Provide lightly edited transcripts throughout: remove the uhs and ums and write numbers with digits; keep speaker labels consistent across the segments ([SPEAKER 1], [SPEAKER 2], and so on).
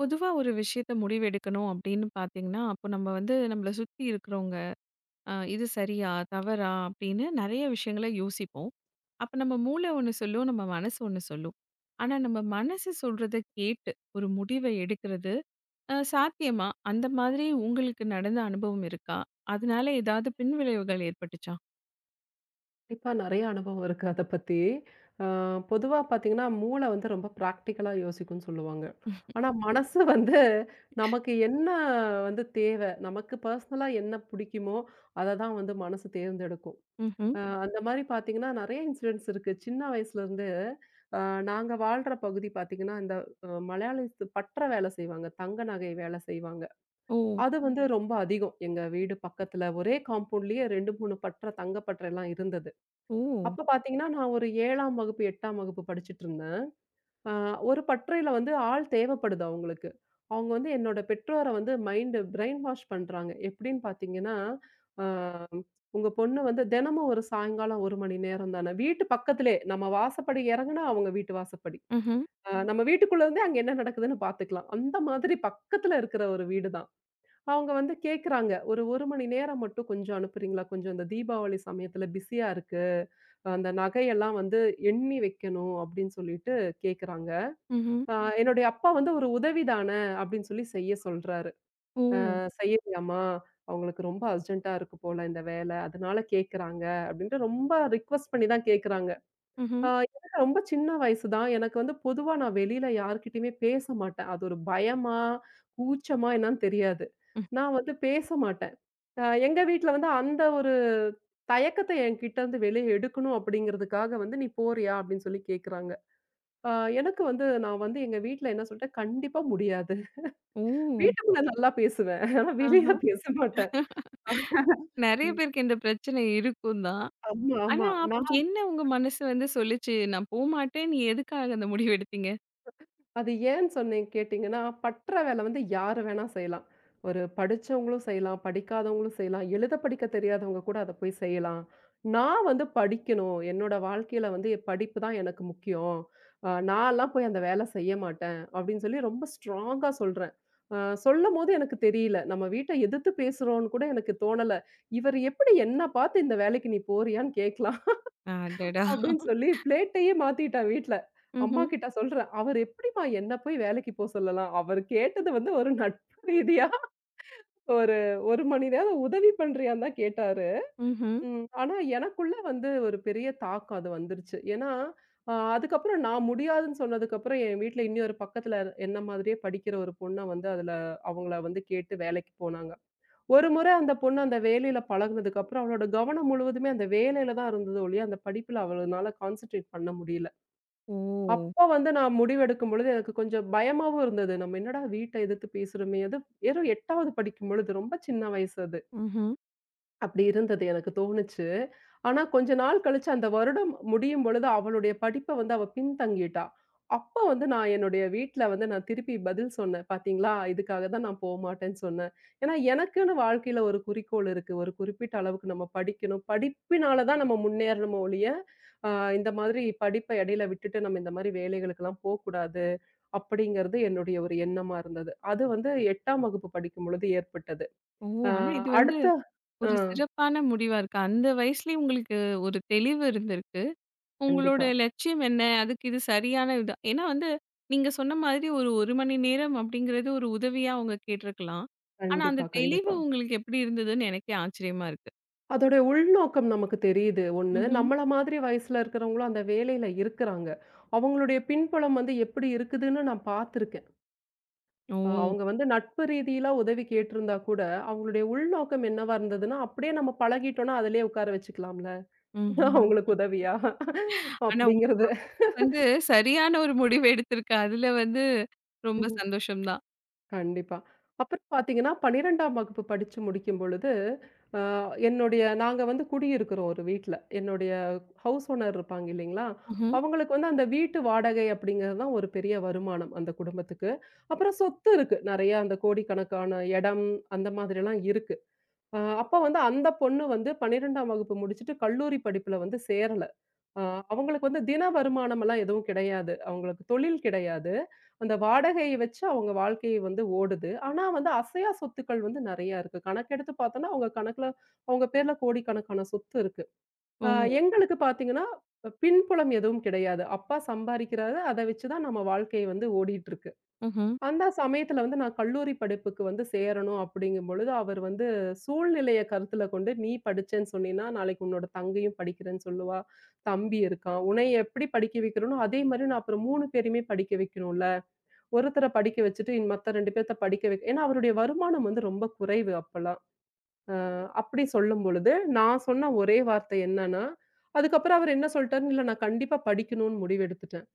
[SPEAKER 1] பொதுவா ஒரு விஷயத்த முடிவெடுக்கணும் அப்படின்னு பார்த்தீங்கன்னா, அப்போ நம்ம வந்து நம்மள சுத்தி இருக்கிறவங்க, இது சரியா? தவறா? அப்படின்னு நெறைய விஷயங்கள யோசிப்போம். அப்ப நம்ம மூளை ஒண்ணு சொல்லும், நம்ம மனசு ஒண்ணு சொல்லும். ஆனா நம்ம மனசு சொல்றத கேட்டு ஒரு முடிவை எடுக்கிறது சாத்தியமா? அந்த மாதிரி உங்களுக்கு நடந்த அனுபவம் இருக்கா? அதனால ஏதாவது பின்விளைவுகள் ஏற்பட்டுச்சா?
[SPEAKER 2] கண்டிப்பா நெறைய அனுபவம் இருக்கு அத பத்தி. அ பொதுவா பார்த்தீங்கன்னா, மூளை வந்து ரொம்ப பிராக்டிகலா யோசிக்கும்ன்னு சொல்லுவாங்க. ஆனா மனசு வந்து நமக்கு என்ன வந்து தேவை, நமக்கு பர்சனலா என்ன பிடிக்குமோ, அத தான் வந்து மனசு தேர்ந்தெடுக்கும்.
[SPEAKER 1] ம்ஹ்ம்.
[SPEAKER 2] அ அந்த மாரி பார்த்தீங்கன்னா, நெறைய இன்சிடென்ட்ஸ் இருக்கு. சின்ன வயசுலருந்து அ நாங்க வாழ்ற பகுதி பார்த்தீங்கன்னா, இந்த மலையாளிஸ் பட்ற வேலை செய்வாங்க. தங்க நகை வேலை செய்வாங்க.
[SPEAKER 1] ஓ!
[SPEAKER 2] அது வந்து ரொம்ப அதிகம். எங்க வீடு பக்கத்துல ஒரே காம்பவுண்ட்லயே 2, 3 பட்ற தங்க பட்றைலாம் இருந்தது.
[SPEAKER 1] ஓ!
[SPEAKER 2] அப்ப பார்த்தீங்கன்னா, நான் ஒரு 7ஆம் வகுப்பு, 8ஆம் வகுப்பு படிச்சுட்டு இருந்தேன். அ ஒரு பட்டறையில வந்து ஆள் தேவைப்படுது அவங்களுக்கு. அவங்க வந்து என்னோட பெற்றோர வந்து மைண்டு பிரெயின் வாஷ் பண்றாங்க. எப்படின்னு பார்த்தீங்கன்னா, அ உங்க பொண்ணு வந்து தினமும் ஒரு சாயங்காலம் 1 மணி நேரம் தானே, வீட்டு பக்கத்திலே நம்ம வாசப்படி இறங்குனா அவங்க வீட்டு வாசப்படி.
[SPEAKER 1] ம்ஹ்ம்.
[SPEAKER 2] நம்ம வீட்டுக்குள்ள இருந்தே அங்க என்ன நடக்குதுன்னு பார்த்துக்கலாம். அந்த மாதிரி பக்கத்துல இருக்கிற ஒரு வீடு தான். அவங்க வந்து கேட்குறாங்க. "ஒரு 1 மணி நேரம் மட்டும் கொஞ்சம் அனுப்புறீங்களா? கொஞ்சம் இந்த தீபாவளி சமயத்தில பிஸியா இருக்கு. அந்த நகையெல்லாம் வந்து எண்ணி வைக்கணும்." அப்படின்னு சொல்லிட்டு கேட்குறாங்க.
[SPEAKER 1] ம்ஹ்ம்.
[SPEAKER 2] ம். என்னுடைய அப்பா வந்து "ஒரு உதவி தான" அப்படின்னு சொல்லி செய்ய சொல்றாரு.
[SPEAKER 1] ஓ!
[SPEAKER 2] செய்யறியாம்மா? அவங்களுக்கு ரொம்ப அர்ஜென்ட்டா இருக்கு போல இந்த வேல. அதனால கேட்குறாங்க." அப்படின்ட்டு ரொம்ப ரிக்வெஸ்ட் பண்ணி தான் கேட்குறாங்க.
[SPEAKER 1] ம்ஹ்ம்.
[SPEAKER 2] அ எனக்கு ரொம்ப சின்ன வயசு தான். எனக்கு வந்து பொதுவா நான் வெளியில யார்கிட்டயுமே பேச மாட்டேன். அது ஒரு பயமா, கூச்சமா என்னன்னு தெரியாது.
[SPEAKER 1] ம்.
[SPEAKER 2] நான் வந்து பேச மாட்டேன். எங்க வீட்ல வந்து அந்த ஒரு தயக்கத்த என்கிட்ட இருந்து வெளிய எடுக்கணும் அப்படிங்கிறதுக்காக வந்து, "நீ போறியா?" அப்படின்னு சொல்லி கேட்குறாங்க. அ எனக்கு வந்து நான் வந்து எங்க வீட்ல என்ன சொல்லிட்டேன், "கண்டிப்பா முடியாது."
[SPEAKER 1] ஓ!
[SPEAKER 2] வீட்டுக்குள்ள நல்லா பேசுவேன். ஆனா வெளியில
[SPEAKER 1] ஆஹா.
[SPEAKER 2] பேச மாட்டேன்.
[SPEAKER 1] நெறைய
[SPEAKER 2] ம்.
[SPEAKER 1] பேருக்கு இந்த பிரச்சனை இருக்கும் தான்.
[SPEAKER 2] ஆமா, ஆமா.
[SPEAKER 1] ஆனா, அப்ப
[SPEAKER 2] நான்
[SPEAKER 1] என்ன உங்க மனசு வந்து சொல்லுச்சு? நான் போமாட்டேன்னு எதுக்காக அந்த முடிவு எடுத்தீங்க?
[SPEAKER 2] அது ஏன்னு சொன்னேன் கேட்டீங்கன்னா, பட்ற வேலை வந்து யாரு வேணா செய்யலாம். ஒரு படிச்சவங்களும் செய்யலாம், படிக்காதவங்களும் செய்யலாம், எழுத படிக்க தெரியாதவங்க கூட அத போய் செய்யலாம். நான் வந்து படிக்கணும். என்னோட வாழ்க்கையில வந்து என் படிப்பு தான் எனக்கு முக்கியம். நான்லாம் போய் அந்த வேலை செய்ய மாட்டேன் அப்படின்னு சொல்லி ரொம்ப ஸ்ட்ராங்கா சொல்றேன். அ சொல்லும்போது எனக்கு தெரியல. நம்ம வீட்ட எதிர்த்து பேசுறோம்னு கூட எனக்கு தோணல. இவர் எப்படி என்ன பார்த்து இந்த வேலைக்கு நீ போறியான்னு கேட்கலாம்.
[SPEAKER 1] அடடா!
[SPEAKER 2] அப்படின்னு சொல்லி பிளேட்டையே மாத்திட்டான் வீட்ல. அம்மா
[SPEAKER 1] ம்ஹ்ம்.
[SPEAKER 2] கிட்ட சொல்றேன். அவரு எப்படிம்மா என்ன போய் வேலைக்கு போ சொல்லலாம்? அவரு கேட்டது வந்து ஒரு நட்பு ரீதியா ஒரு 1 மணி நேரம் உதவி பண்றியான்னு தான் கேட்டாரு.
[SPEAKER 1] ம்ஹ்ம்.
[SPEAKER 2] ம். ஆனா எனக்குள்ள வந்து ஒரு பெரிய தாக்கம் அது வந்துருச்சு. ஏன்னா, அதுக்கப்புறம் நான் முடியாதுன்னு சொன்னதுக்கப்புறம் என் வீட்ல இன்னொரு பக்கத்துல என்ன மாதிரியே படிக்கிற ஒரு பொண்ண வந்து அதுல அவங்கள வந்து கேட்டு வேலைக்கு போனாங்க. ஒரு முறை அந்த பொண்ணு அந்த வேலையில பழகுனதுக்கப்புறம் அவளோட கவனம் முழுவதுமே அந்த வேலையில தான் இருந்தது ஒழிய, அந்த படிப்புல அவளால கான்சன்ட்ரேட் பண்ண முடியல.
[SPEAKER 1] ஓ!
[SPEAKER 2] அப்ப வந்து நான் முடிவெடுக்கும் பொழுது எனக்கு கொஞ்சம் பயமாவும் இருந்தது. நம்ம என்னடா வீட்ட எதிர்த்து பேசுறோமே! அது வெறும் 8வது படிக்கும் பொழுது ரொம்ப சின்ன வயசு அது.
[SPEAKER 1] ம்ஹ்ம்.
[SPEAKER 2] அப்படி இருந்தது எனக்கு தோணுச்சு. ஆனா கொஞ்ச நாள் கழிச்சு அந்த வருடம் முடியும் பொழுது அவளுடைய படிப்ப வந்து அவ பின்தங்கிட்டா. அப்ப வந்து நான் என்னுடைய வீட்ல வந்து நான் திருப்பி பதில் சொன்னேன். பார்த்தீங்களா, இதுக்காக தான் நான் போமாட்டேன்னு சொன்னேன். ஏன்னா எனக்குன்னு வாழ்க்கையில ஒரு குறிக்கோள் இருக்கு. ஒரு குறிப்பிட்ட அளவுக்கு நம்ம படிக்கணும். படிப்பினால தான் நம்ம முன்னேறணுமே ஒழிய, அ இந்த மாதிரி படிப்ப இடையில விட்டுட்டு நம்ம இந்த மாரி வேலைகளுக்கெல்லாம் போக்கூடாது. அப்படிங்கிறது என்னுடைய ஒரு எண்ணமா இருந்தது. அது வந்து 8ஆம் வகுப்பு படிக்கும் பொழுது ஏற்பட்டது.
[SPEAKER 1] ஓ!
[SPEAKER 2] அ
[SPEAKER 1] ஆனா இது வந்து
[SPEAKER 2] அடுத்த அ.
[SPEAKER 1] ஒரு சிறப்பான முடிவா இருக்கு. அந்த வயசுலயே உங்களுக்கு ஒரு தெளிவு இருந்திருக்கு. உங்களோட
[SPEAKER 2] கண்டிப்பா.
[SPEAKER 1] லட்சியம் என்ன? அதுக்கு இது சரியான இது. ஏன்னா வந்து நீங்க சொன்ன மாதிரி ஒரு 1 மணி நேரம் அப்படிங்கிறது ஒரு உதவியா அவங்க கேட்டிருக்கலாம். ஆனா அந்த
[SPEAKER 2] கண்டிப்பா,
[SPEAKER 1] தெளிவு
[SPEAKER 2] கண்டிப்பா.
[SPEAKER 1] உங்களுக்கு எப்படி இருந்ததுன்னு எனக்கே ஆச்சரியமா இருக்கு.
[SPEAKER 2] அதோட உள்நோக்கம் நமக்கு தெரியுது. ஒண்ணு,
[SPEAKER 1] ம்ஹ்ம்.
[SPEAKER 2] நம்மள மாதிரி வயசுல இருக்கிறவங்களும் அந்த வேலையில இருக்கிறாங்க. அவங்களுடைய பின்புலம் வந்து எப்படி இருக்குதுன்னு நான் பார்த்துருக்கேன்.
[SPEAKER 1] ஓ!
[SPEAKER 2] அவங்க வந்து நட்பு ரீதியில உதவி கேட்டிருந்தா கூட, அவங்களுடைய உள்நோக்கம் என்னவா இருந்ததுன்னா, அப்படியே நம்ம பழகிட்டோம்னா அதிலேயே உட்கார வச்சுக்கலாம்ல.
[SPEAKER 1] ம்ஹ்ம்.
[SPEAKER 2] அவங்களுக்கு உதவியா?
[SPEAKER 1] ஆனா உங்க
[SPEAKER 2] அப்படிங்கிறது.
[SPEAKER 1] மனசு வந்து சரியான ஒரு முடிவு எடுத்திருக்கு. அதுல வந்து ரொம்ப சந்தோஷம் தான்.
[SPEAKER 2] கண்டிப்பா. அப்புறம் பார்த்தீங்கன்னா, 12ஆம் வகுப்பு படிச்சு முடிக்கும் பொழுது, அ என்னுடைய நாங்க வந்து குடியிருக்கிறோம் ஒரு வீட்ல. என்னுடைய ஹவுஸ் ஓனர் இருப்பாங்க இல்லைங்களா?
[SPEAKER 1] ம்ஹ்ம்.
[SPEAKER 2] அவங்களுக்கு வந்து அந்த வீட்டு வாடகை அப்படிங்கிறது தான் ஒரு பெரிய வருமானம் அந்த குடும்பத்துக்கு. அப்புறம் சொத்து இருக்கு. நெறைய அந்த கோடிக்கணக்கான இடம் அந்த மாதிரிலாம் இருக்கு. அப்ப வந்து அந்த பொண்ணு வந்து 12ஆம் வகுப்பு முடிச்சுட்டு கல்லூரி படிப்புல வந்து சேரல. அ அவங்களுக்கு வந்து தின வருமானமெல்லாம் எதுவும் கிடையாது. அவங்களுக்கு தொழில் கிடையாது. அந்த வாடகையை வச்சு அவங்க வாழ்க்கை வந்து ஓடுது. ஆனா வந்து அசையா சொத்துக்கள் வந்து நெறையா இருக்கு. கணக்கெடுத்து பார்த்தோன்னா, அவங்க கணக்குல அவங்க பேர்ல கோடிக்கணக்கான சொத்து இருக்கு. அ
[SPEAKER 1] ஓ!
[SPEAKER 2] எங்களுக்கு பார்த்தீங்கன்னா, பின்புலம் எதுவும் கிடையாது. அப்பா சம்பாரிக்கிறாரு. அத வச்சு தான் நம்ம வாழ்க்கை வந்து ஓடிட்டு இருக்கு.
[SPEAKER 1] ம்ஹ்ம்.
[SPEAKER 2] அந்த சமயத்துல வந்து நான் கல்லூரி படிப்புக்கு வந்து சேரணும் அப்படிங்கும்பொழுது, அவர் வந்து சூழ்நிலைய கருத்துல கொண்டு, "நீ படிச்சேன்னு சொன்னீன்னா, நாளைக்கு உன்னோட தங்கையும் படிக்கிறேன்னு சொல்லுவா. தம்பி இருக்கான். உன்னைய எப்படி படிக்க வைக்கிறேனோ, அதே மாரி நான் அப்புறம் 3 பேரையுமே படிக்க வைக்கணும்ல. ஒருத்தர படிக்க வச்சுட்டு, இன் மத்த 2 பேத்த படிக்க வைக்க" ஏன்னா அவருடைய வருமானம் வந்து ரொம்ப குறைவு அப்பலாம். அப்படி சொல்லும்பொழுது, நான் சொன்ன ஒரே வார்த்தை என்னன்னா, அதுக்கப்புறம் அவர் என்ன சொல்ட்டாருன்னு, "இல்ல நான் கண்டிப்பா படிக்கணும்னு முடிவெடுத்துட்டேன்."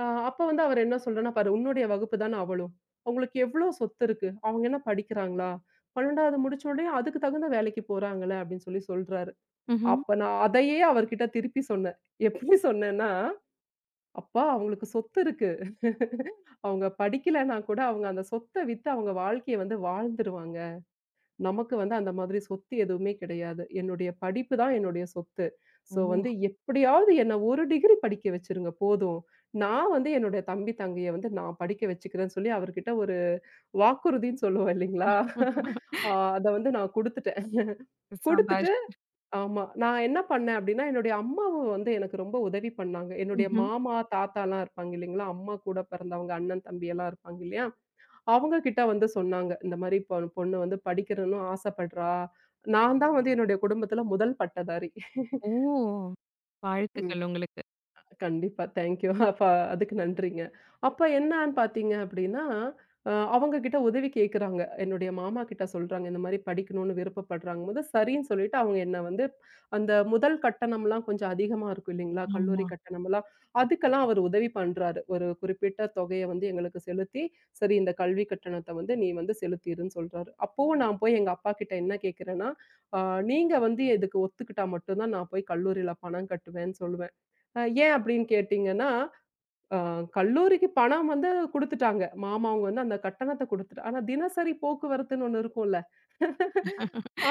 [SPEAKER 2] ஆ அப்ப வந்து அவரு என்ன சொல்றார்ன்னா, "பாரு உன்னுடைய வகுப்பு தான அவளும். அவங்களுக்கு எவ்ளோ சொத்து இருக்கு? அவங்க என்ன படிக்கிறாங்களா? 12வது முடிச்ச உடனே அதுக்கு தகுந்த வேலைக்கு போறாங்கல்ல." அப்படின்னு சொல்லி சொல்றாரு.
[SPEAKER 1] ம்ஹ்ம்.
[SPEAKER 2] அப்ப நான் அதையே அவர்கிட்ட திருப்பி சொன்னேன். எப்படி சொன்னேன்னா, "அப்பா அவங்களுக்கு சொத்து இருக்கு. அவங்க படிக்கலன்னா கூட அவங்க அந்த சொத்த வித்து அவங்க வாழ்க்கைய வந்து வாழ்ந்துருவாங்க. நமக்கு வந்து அந்த மாதிரி சொத்து எதுவுமே கிடையாது. என்னுடைய படிப்பு தான் என்னுடைய சொத்து.
[SPEAKER 1] ஓ!
[SPEAKER 2] ஸோ வந்து எப்படியாவது என்ன 1 டிகிரி படிக்க வச்சுருங்க போதும். நான் வந்து என்னுடைய தம்பி, தங்கைய வந்து நான் படிக்க வச்சுக்கிறேன்னு சொல்லி அவர்கிட்ட ஒரு வாக்குறுதின்னு சொல்லுவோம் இல்லைங்களா? ஆ அத வந்து நான் குடுத்துட்டேன். குடுத்துட்டு
[SPEAKER 1] சபாஷ்.
[SPEAKER 2] ஆமா. நான் என்ன பண்ணேன் அப்படின்னா, என்னுடைய அம்மாவும் வந்து எனக்கு ரொம்ப உதவி பண்ணாங்க. என்னுடைய
[SPEAKER 1] ம்ஹ்ம்.
[SPEAKER 2] மாமா, தாத்தாலாம் இருப்பாங்க இல்லைங்களா? அம்மா கூட பிறந்தவங்க, அண்ணன், தம்பியெல்லாம் இருப்பாங்க இல்லையா? அவங்க கிட்ட வந்து சொன்னாங்க. இந்த மாரி பொண்ணு வந்து படிக்கணும்னு ஆசைப்படுறா. நான் தான் வந்து என்னுடைய குடும்பத்தில முதல் பட்டதாரி.
[SPEAKER 1] ஓ! வாழ்த்துக்கள் உங்களுக்கு.
[SPEAKER 2] கண்டிப்பா. Thank you. அப்ப அதுக்கு நன்றிங்க. அப்ப என்னான்னு பார்த்தீங்க அப்படின்னா, அவங்க கிட்ட உதவி கேட்குறாங்க. என்னுடைய மாமா கிட்ட சொல்றாங்க, இந்த மாரி படிக்கணும்னு விருப்பப்படுறாங்கும்போது, சரின்னு சொல்லிட்டு அவங்க என்ன வந்து அந்த முதல் கட்டணம்லாம் கொஞ்சம் அதிகமா இருக்கும் இல்லைங்களா? கல்லூரி
[SPEAKER 1] ஆமா.
[SPEAKER 2] கட்டணம்லாம். அதுக்கெல்லாம் அவர் உதவி பண்றாரு. ஒரு குறிப்பிட்ட தொகைய வந்து எங்களுக்கு செலுத்தி, சரி இந்த கல்வி கட்டணத்த வந்து நீ வந்து செலுத்திருன்னு சொல்றாரு. அப்பவும் நான் போய் எங்க அப்பா கிட்ட என்ன கேட்கிறேன்னா, அ நீங்க வந்து இதுக்கு ஒத்துக்கிட்டா மட்டும் தான் நான் போய் கல்லூரியில பணம் கட்டுவேன்னு சொல்லுவேன். ஏன் அப்படின்னு கேட்டீங்கன்னா, அ கல்லூரிக்கு பணம் வந்து குடுத்துட்டாங்க. மாமா அவங்க வந்து அந்த கட்டணத்த குடுத்துட்டு ஆனா தினசரி போக்குவரத்துன்னு ஒண்ணு இருக்கும்ல.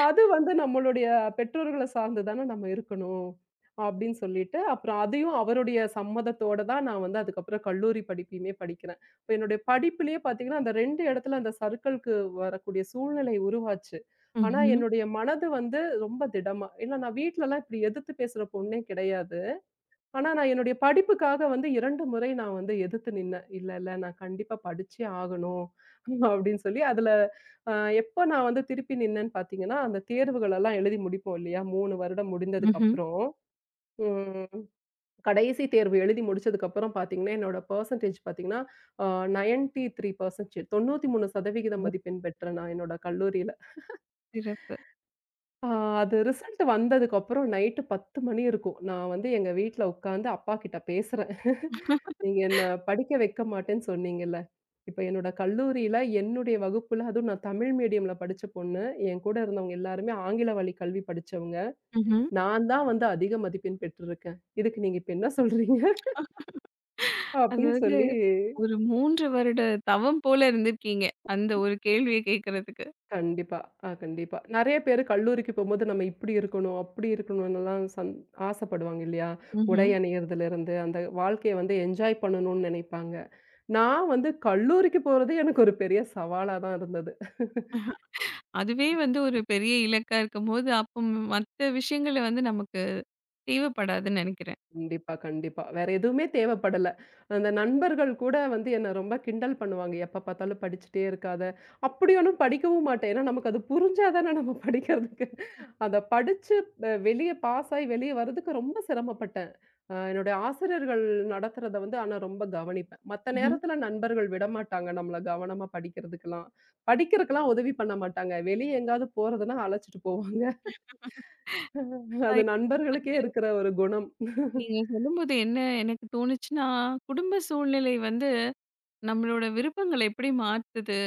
[SPEAKER 2] அது வந்து நம்மளுடைய பெற்றோர்கள சார்ந்து தானே நம்ம இருக்கணும். அப்படின்னு சொல்லிட்டு, அப்புறம் அதையும் அவருடைய சம்மதத்தோட தான் நான் வந்து அதுக்கப்புறம் கல்லூரி படிப்பையுமே படிக்கிறேன். இப்ப என்னுடைய படிப்பிலேயே பார்த்தீங்கன்னா, அந்த 2 இடத்துல அந்த சறுக்கலுக்கு வரக்கூடிய சூழ்நிலை உருவாச்சு. ஆனா
[SPEAKER 1] ம்ஹ்ம்.
[SPEAKER 2] என்னுடைய மனது வந்து ரொம்ப திடமா ஏன்னா நான் வீட்லலாம் இப்படி எதிர்த்து பேசுற பொண்ணே கிடையாது. ஆனா, நான் என்னுடைய படிப்புக்காக வந்து 2 முறை நான் வந்து எதிர்த்து நின்னேன். "இல்ல, இல்ல நான் கண்டிப்பா படிச்சே ஆகணும்." அப்படின்னு சொல்லி அதுல அ எப்போ நான் வந்து திருப்பி நின்னேன்னு பார்த்தீங்கன்னா, அந்த தேர்வுகளெல்லாம் எழுதி முடிப்போம் இல்லையா? 3 வருடம்
[SPEAKER 1] ம்ஹ்ம்.
[SPEAKER 2] முடிந்ததுக்கப்புறம், ம் கடைசி தேர்வு எழுதி முடிச்சதுக்கப்புறம் பார்த்தீங்கன்னா, என்னோட பெர்சன்டேஜ் பார்த்தீங்கன்னா, அ 93%
[SPEAKER 1] ஓ!
[SPEAKER 2] மதிப்பெண் பெற்றேன் நான் என்னோட கல்லூரியில.
[SPEAKER 1] சிறப்பு.
[SPEAKER 2] ஆ அது ரிசல்ட் வந்ததுக்கப்புறம் நைட்டு 10 மணி இருக்கும். நான் வந்து எங்க வீட்ல உட்காந்து அப்பாகிட்ட பேசுறேன். நீங்க என்ன படிக்க வைக்க மாட்டேன்னு சொன்னீங்கல்ல. இப்ப என்னோட கல்லூரியில என்னுடைய வகுப்புல அதுவும் நான் தமிழ் மீடியம்ல படிச்ச பொண்ணு. என் கூட இருந்தவங்க எல்லாருமே ஆங்கில வழி கல்வி படிச்சவங்க.
[SPEAKER 1] ம்ஹ்ம்.
[SPEAKER 2] நான் தான் வந்து அதிக மதிப்பெண் பெற்றிருக்கேன். இதுக்கு நீங்க இப்ப என்ன சொல்றீங்க? அப்படின்னு
[SPEAKER 1] அதாவது
[SPEAKER 2] சொல்லி
[SPEAKER 1] ஒரு 3 வருட தவம் போல இருந்திருக்கீங்க. அந்த ஒரு கேள்விய கேட்கறதுக்கு.
[SPEAKER 2] கண்டிப்பா. கண்டிப்பா. நெறைய பேரு கல்லூரிக்கு போம்போது நம்ம இப்டி இருக்கணும், அப்டி இருக்கணும்னுலாம் ஆசைப்படுவாங்க இல்லையா? உடை
[SPEAKER 1] ம்ஹ்ம்.
[SPEAKER 2] அணியிறதுலருந்து, அந்த வாழ்க்கைய வந்து என்ஜாய் பண்ணணும்னு நெனைப்பாங்க. நான் வந்து கல்லூரிக்கு போறது எனக்கு ஒரு பெரிய சவாலா தான் இருந்தது.
[SPEAKER 1] அதுவே வந்து ஒரு பெரிய இலக்கா இருக்கும்போது, அப்ப மத்த விஷயங்கள வந்து நமக்கு தேவைப்படாதுன்னு நெனைக்கிறேன்.
[SPEAKER 2] கண்டிப்பா, கண்டிப்பா. வேற எதுவுமே தேவைப்படல. அந்த நண்பர்கள் கூட வந்து என்ன ரொம்ப கிண்டல் பண்ணுவாங்க. எப்ப பார்த்தாலும் படிச்சுட்டே இருக்காத. அப்படி ஒண்ணும் படிக்கவும் மாட்டேன். ஏன்னா நமக்கு அது புரிஞ்சா தானே நம்ம படிக்கிறதுக்கு. அத படிச்சு வெளிய பாஸ் ஆயி வெளிய வர்றதுக்கு ரொம்ப சிரமப்பட்டேன். என்னுடைய ஆசிரியர்கள் நடத்துறத வந்து ஆனா ரொம்ப கவனிப்பேன். மத்த
[SPEAKER 1] ம்ஹ்ம்.
[SPEAKER 2] நேரத்துல நண்பர்கள் விடமாட்டாங்க நம்மள கவனமா படிக்கிறதுக்கெல்லாம். படிக்கிறதுக்கெல்லாம் உதவி பண்ண மாட்டாங்க. வெளிய எங்கேயாவது போறதுன்னா அழைச்சிட்டு போவாங்க. அது நண்பர்களுக்கே இருக்கிற ஒரு குணம்.
[SPEAKER 1] நீங்க சொல்லும்போது என்ன எனக்கு தோணுச்சுன்னா, குடும்ப சூழ்நிலை வந்து நம்மளோட விருப்பங்கள எப்படி மாத்துது?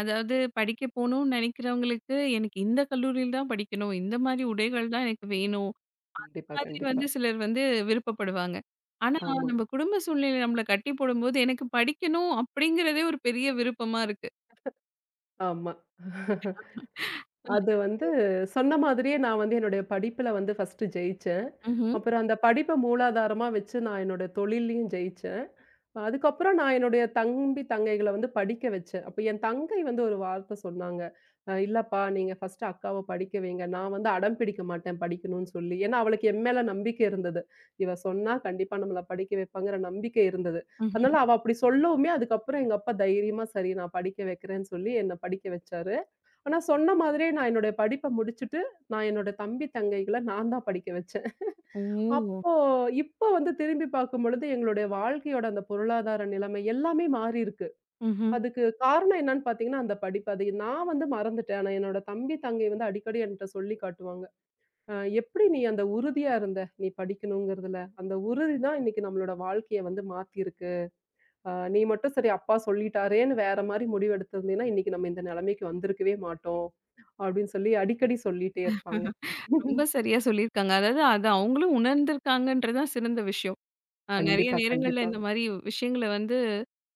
[SPEAKER 1] அதாவது படிக்க போணும்னு நெனைக்கிறவங்களுக்கு, எனக்கு இந்த கல்லூரியில தான் படிக்கணும். இந்த மாரி உடைகள் தான் எனக்கு வேணும்.
[SPEAKER 2] கண்டிப்பா,
[SPEAKER 1] மாதிரி
[SPEAKER 2] கண்டிப்பா.
[SPEAKER 1] வந்து சிலர் வந்து விருப்பப்படுவாங்க. ஆனா,
[SPEAKER 2] ஆமா,
[SPEAKER 1] நம்ம குடும்ப சூழ்நிலை நம்மள கட்டி போடும்போது, எனக்கு படிக்கணும் அப்படிங்கிறதே ஒரு பெரிய விருப்பமா இருக்கு.
[SPEAKER 2] ஆமா. அது வந்து சொன்ன மாதிரியே நான் வந்து என்னுடைய படிப்பில வந்து ஃபர்ஸ்ட்டு ஜெயிச்சேன்.
[SPEAKER 1] ம்ஹ்ம்.
[SPEAKER 2] அப்புறம் அந்த படிப்ப மூலாதாரமா வச்சு நான் என்னோட தொழில்லயும் ஜெயிச்சேன். அதுக்கப்புறம் நான் என்னுடைய தம்பி, தங்கைகள வந்து படிக்க வச்சேன். அப்ப என் தங்கை வந்து ஒரு வார்த்த சொன்னாங்க. "இல்லப்பா நீங்க ஃபர்ஸ்ட்டு அக்காவ படிக்க வைங்க. நான் வந்து அடம் பிடிக்க மாட்டேன் படிக்கணும்னு சொல்லி." ஏன்னா அவளுக்கு என் மேல நம்பிக்கை இருந்தது. இவ சொன்னா கண்டிப்பா நம்மள படிக்க வைப்பாங்கிற நம்பிக்கை இருந்தது.
[SPEAKER 1] ம்ஹ்ம்.
[SPEAKER 2] அதனால அவ அப்படி சொல்லவுமே அதுக்கப்புறம் எங்க அப்பா தைரியமா, "சரி நான் படிக்க வைக்கிறேன்னு" சொல்லி என்ன படிக்க வச்சாரு. ஆனா சொன்ன மாதிரியே நான் என்னுடைய படிப்ப முடிச்சுட்டு, நான் என்னோட தம்பி, தங்கைகள நான் தான் படிக்க வச்சேன்.
[SPEAKER 1] ஓ!
[SPEAKER 2] அப்போ, இப்போ வந்து திரும்பி பார்க்கும்பொழுது, எங்களுடைய வாழ்க்கையோட அந்த பொருளாதார நிலைமை எல்லாமே மாறியிருக்கு.
[SPEAKER 1] ம்ஹ்ம்.
[SPEAKER 2] அதுக்கு காரணம் என்னன்னு பார்த்தீங்கன்னா, அந்த படிப்பு. அது நான் வந்து மறந்துட்டேன். ஆனா என்னோட தம்பி, தங்கை வந்து அடிக்கடி என்ட்ட சொல்லி காட்டுவாங்க. "அ எப்படி நீ அந்த உறுதியா இருந்த, நீ படிக்கணுங்கிறதுல. அந்த உறுதி தான் இன்னைக்கு நம்மளோட வாழ்க்கைய வந்து மாத்தியிருக்கு. நீ மட்டும் சரி அப்பா சொல்லிட்டாரேன்னு வேற மாரி முடிவு எடுத்திருந்தீன்னா, இன்னைக்கு நம்ம இந்த நிலைமைக்கு வந்திருக்கவே மாட்டோம்." அப்படின்னு சொல்லி அடிக்கடி சொல்லிட்டே இருப்பாங்க.
[SPEAKER 1] ரொம்ப சரியா சொல்லியிருக்காங்க. அதாவது, அத அவங்களும் உணர்ந்திருக்காங்கன்றது தான் சிறந்த விஷயம். நெறைய
[SPEAKER 2] கண்டிப்பா,
[SPEAKER 1] நேரங்கள்ல
[SPEAKER 2] கண்டிப்பா,
[SPEAKER 1] இந்த மாரி விஷயங்கள வந்து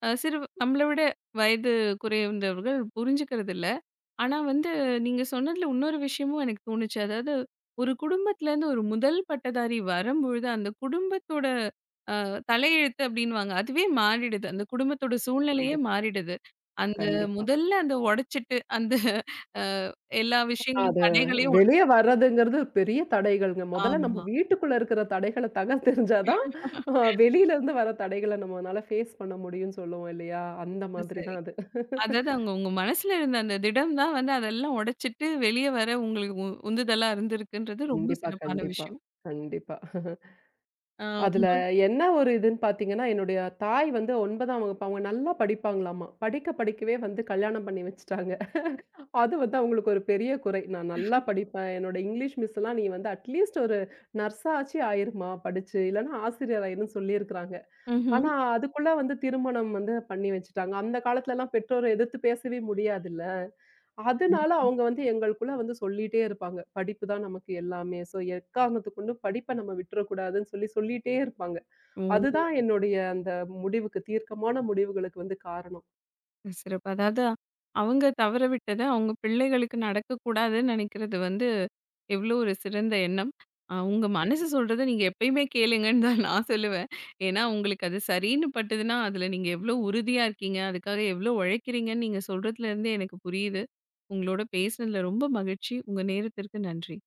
[SPEAKER 1] சிறு நம்மள விட வயது குறைந்தவர்கள் புரிஞ்சுக்கிறதில்ல. ஆனா வந்து நீங்க சொன்னதுல இன்னொரு விஷயமும் எனக்கு தோணுச்சு. அதாவது ஒரு குடும்பத்துலேருந்து ஒரு முதல் பட்டதாரி வரும்பொழுது, அந்த குடும்பத்தோட அ தலையெழுத்து அப்டின்னுவாங்க. அதுவே மாறிடுது. அந்த குடும்பத்தோட சூழ்நிலையே
[SPEAKER 2] கண்டிப்
[SPEAKER 1] மாறிடுது. அந்த
[SPEAKER 2] கண்டிப்பா.
[SPEAKER 1] முதல்ல அந்த உடைச்சிட்டு அந்த அ எல்லா விஷயங்களும்
[SPEAKER 2] அது
[SPEAKER 1] தடைகளையும் உடை
[SPEAKER 2] வெளிய வர்றதுங்கிறது பெரிய தடைகள்ங்க. முதல்ல நம்ம
[SPEAKER 1] ஆமா.
[SPEAKER 2] வீட்டுக்குள்ள இருக்கிற தடைகள தகர்த்தெறிஞ்சா தான், அ வெளியிலருந்து வர தடைகள நம்மனால ஃபேஸ் பண்ண முடியும்னு சொல்லுவோம் இல்லையா? அந்த மாதிரி
[SPEAKER 1] சரி.
[SPEAKER 2] தான் அது.
[SPEAKER 1] அதாவது அவுங்க உங்க மனசுல இருந்த அந்த திடம் தான் வந்து அதெல்லாம் உடைச்சிட்டு வெளிய வர உங்களுக்கு உந்துதலா இருந்திருக்குன்றது ரொம்ப
[SPEAKER 2] கண்டிப்பா,
[SPEAKER 1] சிறப்பான
[SPEAKER 2] கண்டிப்பா,
[SPEAKER 1] விஷயம்.
[SPEAKER 2] கண்டிப்பா.
[SPEAKER 1] ஆ
[SPEAKER 2] அதுல
[SPEAKER 1] உங்க
[SPEAKER 2] என்ன ஒரு இதுன்னு பார்த்தீங்கன்னா, என்னுடைய தாய் வந்து 9ஆம் வகுப்பு அவங்க நல்லா படிப்பாங்களாமா. படிக்க படிக்கவே வந்து கல்யாணம் பண்ணி வச்சுட்டாங்க. அது வந்து அவங்களுக்கு ஒரு பெரிய குறை. நான் நல்லா படிப்பேன். என்னோட இங்கிலீஷ் மிஸ்லாம் நீ வந்து அட்லீஸ்ட் ஒரு நர்ஸாச்சு ஆயிருமா படிச்சு. இல்லன்னா ஆசிரியர் ஆயிருன்னு சொல்லியிருக்கிறாங்க.
[SPEAKER 1] ம்ஹ்ம்.
[SPEAKER 2] ஆனா, அதுக்குள்ள வந்து திருமணம் வந்து பண்ணி வச்சுட்டாங்க. அந்த காலத்துலலாம் பெற்றோர எதிர்த்து பேசவே முடியாதுல்ல. அதனால
[SPEAKER 1] கண்டிப்பா.
[SPEAKER 2] அவங்க வந்து எங்களுக்குள்ள வந்து சொல்லிட்டே இருப்பாங்க. படிப்பு தான் நமக்கு எல்லாமே. ஸோ எக்காரணத்துக் கொண்டும் படிப்ப நம்ம விட்டுறக்கூடாதுன்னு சொல்லி சொல்லிட்டே இருப்பாங்க.
[SPEAKER 1] ஓ!
[SPEAKER 2] அதுதான் என்னுடைய அந்த முடிவுக்கு தீர்க்கமான முடிவுகளுக்கு வந்து காரணம்.
[SPEAKER 1] சிறப்பு. அதாவது அவங்க தவற விட்டது அவங்க பிள்ளைகளுக்கு நடக்கக்கூடாதுன்னு நினைக்கிறது வந்து எவ்வளோ ஒரு சிறந்த எண்ணம். உங்க மனசு சொல்றத நீங்க எப்பயுமே கேளுங்கன்னு தான் நான் சொல்லுவேன். ஏன்னா உங்களுக்கு அது சரின்னு பட்டுதுன்னா, அதில நீங்க எவ்வளோ உறுதியா இருக்கீங்க, அதுக்காக எவ்வளோ உழைக்கிறீங்கன்னு நீங்க சொல்றதுலேருந்தே எனக்கு புரியுது. உங்களோட பேசினதில ரொம்ப மகிழ்ச்சி. உங்க நேரத்திற்கு நன்றி.